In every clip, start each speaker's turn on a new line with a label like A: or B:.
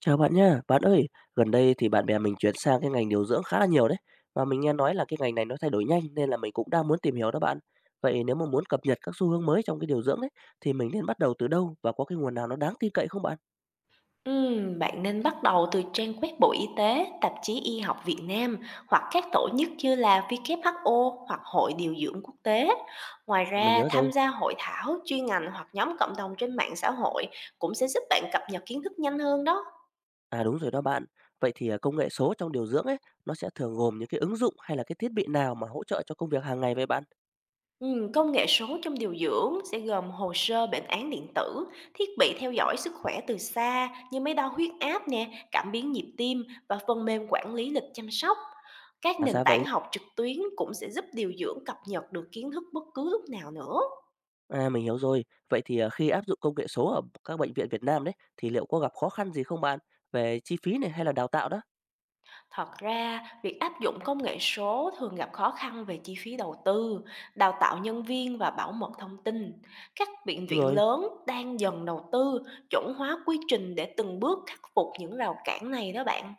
A: Chào bạn nha. Bạn ơi, gần đây thì bạn bè mình chuyển sang cái ngành điều dưỡng khá là nhiều đấy. Và mình nghe nói là cái ngành này nó thay đổi nhanh nên là mình cũng đang muốn tìm hiểu đó bạn. Vậy nếu mà muốn cập nhật các xu hướng mới trong cái điều dưỡng đấy thì mình nên bắt đầu từ đâu và có cái nguồn nào nó đáng tin cậy không bạn?
B: Bạn nên bắt đầu từ trang web Bộ Y tế, tạp chí Y học Việt Nam hoặc các tổ chức như là WHO hoặc Hội Điều dưỡng Quốc tế. Ngoài
A: À, mình
B: ra,
A: nhớ rồi.
B: tham gia hội thảo chuyên ngành hoặc nhóm cộng đồng trên mạng xã hội cũng sẽ giúp bạn cập nhật kiến thức nhanh hơn đó.
A: À đúng rồi đó bạn. Vậy thì công nghệ số trong điều dưỡng ấy nó sẽ thường gồm những cái ứng dụng hay là cái thiết bị nào mà hỗ trợ cho công việc hàng ngày vậy bạn?
B: Công nghệ số trong điều dưỡng sẽ gồm hồ sơ bệnh án điện tử, thiết bị theo dõi sức khỏe từ xa như máy đo huyết áp nè, cảm biến nhịp tim và phần mềm quản lý lịch chăm sóc. Các
A: Là
B: nền
A: ra
B: tảng
A: vậy.
B: học trực tuyến cũng sẽ giúp điều dưỡng cập nhật được kiến thức bất cứ lúc nào nữa.
A: À mình hiểu rồi. Vậy thì khi áp dụng công nghệ số ở các bệnh viện Việt Nam đấy thì liệu có gặp khó khăn gì không bạn? Về chi phí này hay là đào tạo đó?
B: Thật ra, việc áp dụng công nghệ số thường gặp khó khăn về chi phí đầu tư, đào tạo nhân viên và bảo mật thông tin. Các bệnh
A: Đúng
B: viện
A: rồi.
B: lớn đang dần đầu tư chuẩn hóa quy trình để từng bước khắc phục những rào cản này đó bạn.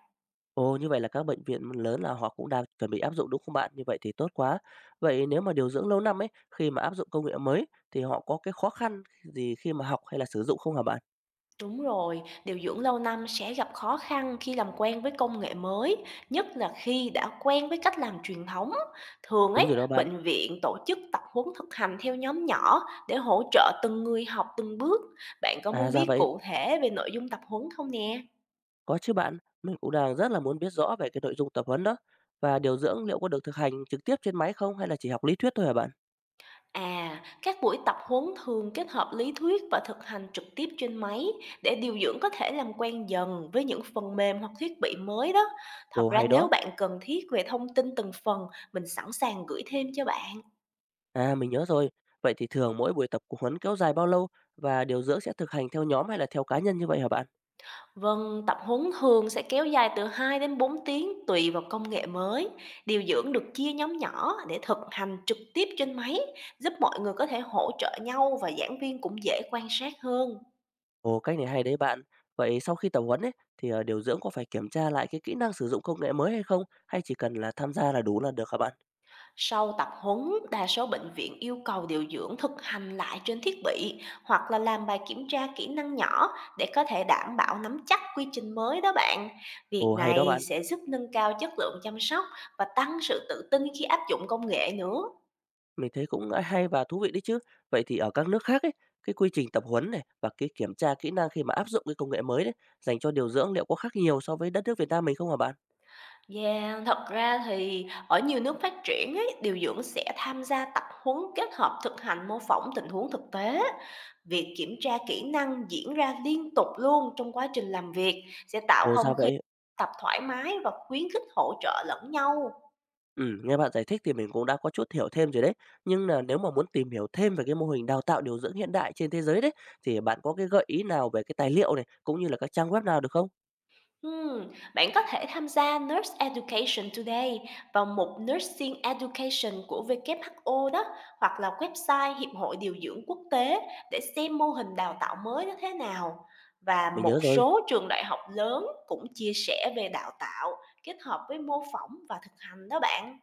A: Ồ, như vậy là các bệnh viện lớn là họ cũng đang chuẩn bị áp dụng, đúng không bạn? Như vậy thì tốt quá. Vậy nếu mà điều dưỡng lâu năm ấy, khi mà áp dụng công nghệ mới thì họ có cái khó khăn gì khi mà học hay là sử dụng không hả bạn?
B: Đúng rồi, điều dưỡng lâu năm sẽ gặp khó khăn khi làm quen với công nghệ mới, nhất là khi đã quen với cách làm truyền thống. Thường ấy,
A: Đúng rồi đó bạn.
B: bệnh viện tổ chức tập huấn thực hành theo nhóm nhỏ để hỗ trợ từng người học từng bước. Bạn có muốn
A: À, ra
B: biết
A: vậy.
B: cụ thể về nội dung tập huấn không nè?
A: Có chứ bạn. Mình cũng đang rất là muốn biết rõ về cái nội dung tập huấn đó. Và điều dưỡng liệu có được thực hành trực tiếp trên máy không hay là chỉ học lý thuyết thôi hả bạn?
B: À, các buổi tập huấn thường kết hợp lý thuyết và thực hành trực tiếp trên máy để điều dưỡng có thể làm quen dần với những phần mềm hoặc thiết bị mới đó. Thật
A: Ồ,
B: ra,
A: hay
B: nếu
A: đó.
B: bạn cần thiết về thông tin từng phần, mình sẵn sàng gửi thêm cho bạn.
A: À, mình nhớ rồi. Vậy thì thường mỗi buổi tập huấn kéo dài bao lâu và điều dưỡng sẽ thực hành theo nhóm hay là theo cá nhân như vậy hả bạn?
B: Vâng, tập huấn thường sẽ kéo dài từ 2 đến 4 tiếng tùy vào công nghệ mới. Điều dưỡng được chia nhóm nhỏ để thực hành trực tiếp trên máy, giúp mọi người có thể hỗ trợ nhau và giảng viên cũng dễ quan sát hơn.
A: Ồ, cách này hay đấy bạn. Vậy sau khi tập huấn ấy thì, điều dưỡng có phải kiểm tra lại cái kỹ năng sử dụng công nghệ mới hay không? Hay chỉ cần là tham gia là đủ là được hả bạn?
B: Sau tập huấn, đa số bệnh viện yêu cầu điều dưỡng thực hành lại trên thiết bị hoặc là làm bài kiểm tra kỹ năng nhỏ để có thể đảm bảo nắm chắc quy trình mới đó bạn. Việc
A: Ồ, hay đó
B: này
A: bạn.
B: sẽ giúp nâng cao chất lượng chăm sóc và tăng sự tự tin khi áp dụng công nghệ nữa.
A: Mình thấy cũng hay và thú vị đấy chứ. Vậy thì ở các nước khác ấy, cái quy trình tập huấn này và cái kiểm tra kỹ năng khi mà áp dụng cái công nghệ mới đấy, dành cho điều dưỡng liệu có khác nhiều so với đất nước Việt Nam mình không hả bạn?
B: Yeah, thật ra thì ở nhiều nước phát triển ấy, điều dưỡng sẽ tham gia tập huấn kết hợp thực hành mô phỏng tình huống thực tế. Việc kiểm tra kỹ năng diễn ra liên tục luôn trong quá trình làm việc sẽ tạo
A: Ồ,
B: không
A: ra
B: khí
A: vậy.
B: tập thoải mái và khuyến khích hỗ trợ lẫn nhau.
A: Nghe bạn giải thích thì mình cũng đã có chút hiểu thêm rồi đấy. Nhưng là nếu mà muốn tìm hiểu thêm về cái mô hình đào tạo điều dưỡng hiện đại trên thế giới đấy, thì bạn có cái gợi ý nào về cái tài liệu này, cũng như là các trang web nào được không?
B: Ừm, bạn có thể tham gia Nurse Education Today, vào mục Nursing Education của WHO đó, hoặc là website Hiệp hội Điều dưỡng Quốc tế để xem mô hình đào tạo mới nó thế nào. Và
A: Mình
B: một
A: nhớ rồi.
B: số trường đại học lớn cũng chia sẻ về đào tạo kết hợp với mô phỏng và thực hành đó bạn.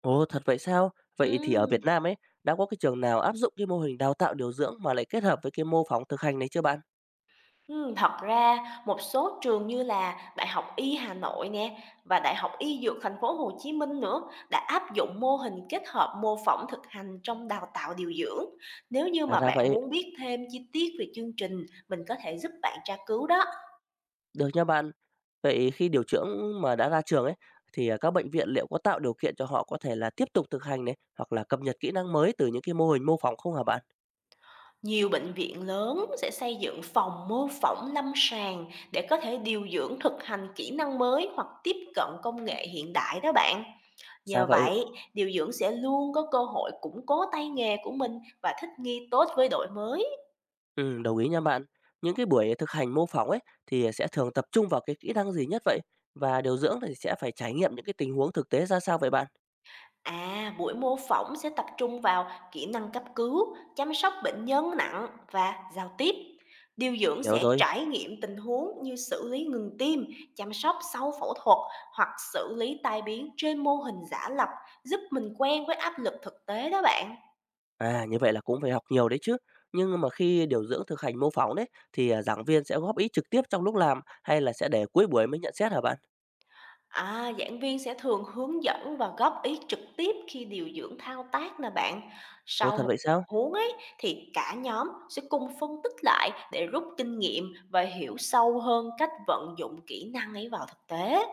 A: Ồ, thật vậy sao? Vậy thì ở Việt
B: Ừm.
A: Nam ấy, đã có cái trường nào áp dụng cái mô hình đào tạo điều dưỡng mà lại kết hợp với cái mô phỏng thực hành này chưa bạn?
B: Thật ra một số trường như là Đại học Y Hà Nội nè và Đại học Y Dược Thành phố Hồ Chí Minh nữa đã áp dụng mô hình kết hợp mô phỏng thực hành trong đào tạo điều dưỡng. Nếu như
A: À
B: mà
A: ra
B: bạn
A: vậy,
B: muốn biết thêm chi tiết về chương trình, mình có thể giúp bạn tra cứu đó.
A: được nha bạn. Vậy khi điều dưỡng mà đã ra trường ấy, thì các bệnh viện liệu có tạo điều kiện cho họ có thể là tiếp tục thực hành này hoặc là cập nhật kỹ năng mới từ những cái mô hình mô phỏng không hả bạn?
B: Nhiều bệnh viện lớn sẽ xây dựng phòng mô phỏng lâm sàng để có thể điều dưỡng thực hành kỹ năng mới hoặc tiếp cận công nghệ hiện đại đó bạn.
A: Ra
B: Nhờ
A: vậy,
B: vậy, điều dưỡng sẽ luôn có cơ hội củng cố tay nghề của mình và thích nghi tốt với đội mới.
A: ừ, đồng ý nha bạn. Những cái buổi thực hành mô phỏng ấy thì sẽ thường tập trung vào cái kỹ năng gì nhất vậy? Và điều dưỡng thì sẽ phải trải nghiệm những cái tình huống thực tế ra sao vậy bạn?
B: À, buổi mô phỏng sẽ tập trung vào kỹ năng cấp cứu, chăm sóc bệnh nhân nặng và giao tiếp. Điều dưỡng
A: Mình hiểu
B: sẽ
A: rồi.
B: trải nghiệm tình huống như xử lý ngừng tim, chăm sóc sau phẫu thuật hoặc xử lý tai biến trên mô hình giả lập, giúp mình quen với áp lực thực tế đó bạn.
A: À, như vậy là cũng phải học nhiều đấy chứ. Nhưng mà khi điều dưỡng thực hành mô phỏng đấy thì giảng viên sẽ góp ý trực tiếp trong lúc làm hay là sẽ để cuối buổi mới nhận xét hả bạn?
B: À, giảng viên sẽ thường hướng dẫn và góp ý trực tiếp khi điều dưỡng thao tác nè bạn.
A: Ồ,
B: Sau
A: thật
B: một
A: vậy sao?
B: huống ấy thì cả nhóm sẽ cùng phân tích lại để rút kinh nghiệm và hiểu sâu hơn cách vận dụng kỹ năng ấy vào thực tế.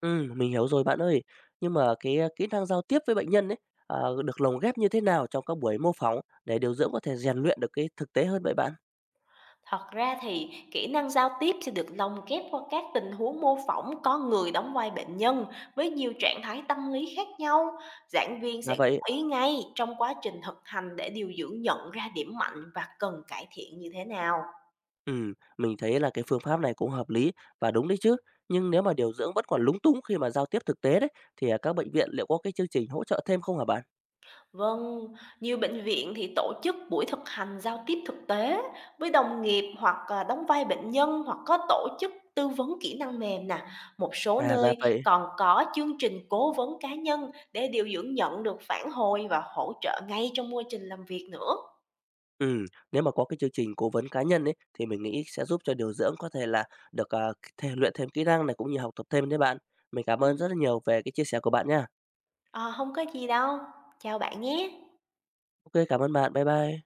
A: Ừ, mình hiểu rồi bạn ơi. Nhưng mà kỹ năng giao tiếp với bệnh nhân ấy à, được lồng ghép như thế nào trong các buổi mô phỏng để điều dưỡng có thể rèn luyện được cái thực tế hơn vậy bạn?
B: Thật ra thì kỹ năng giao tiếp sẽ được lồng ghép qua các tình huống mô phỏng có người đóng vai bệnh nhân với nhiều trạng thái tâm lý khác nhau. Giảng viên
A: Là
B: sẽ góp
A: vậy.
B: ý ngay trong quá trình thực hành để điều dưỡng nhận ra điểm mạnh và cần cải thiện như thế nào.
A: Ừ, mình thấy là cái phương pháp này cũng hợp lý và đúng đấy chứ. Nhưng nếu mà điều dưỡng vẫn còn lúng túng khi mà giao tiếp thực tế đấy thì các bệnh viện liệu có cái chương trình hỗ trợ thêm không hả bạn?
B: Vâng, nhiều bệnh viện thì tổ chức buổi thực hành giao tiếp thực tế với đồng nghiệp hoặc đóng vai bệnh nhân, hoặc có tổ chức tư vấn kỹ năng mềm nè. Một số
A: À ra
B: nơi
A: vậy.
B: còn có chương trình cố vấn cá nhân để điều dưỡng nhận được phản hồi và hỗ trợ ngay trong quá trình làm việc nữa.
A: Ừ, nếu mà có cái chương trình cố vấn cá nhân ấy, thì mình nghĩ sẽ giúp cho điều dưỡng có thể là được, thể luyện thêm kỹ năng này, cũng như học tập thêm đấy bạn. Mình cảm
B: Ừ,
A: ơn rất là nhiều về cái chia sẻ của bạn nha.
B: à, không có gì đâu. Chào bạn nhé.
A: OK, cảm ơn bạn. Bye bye.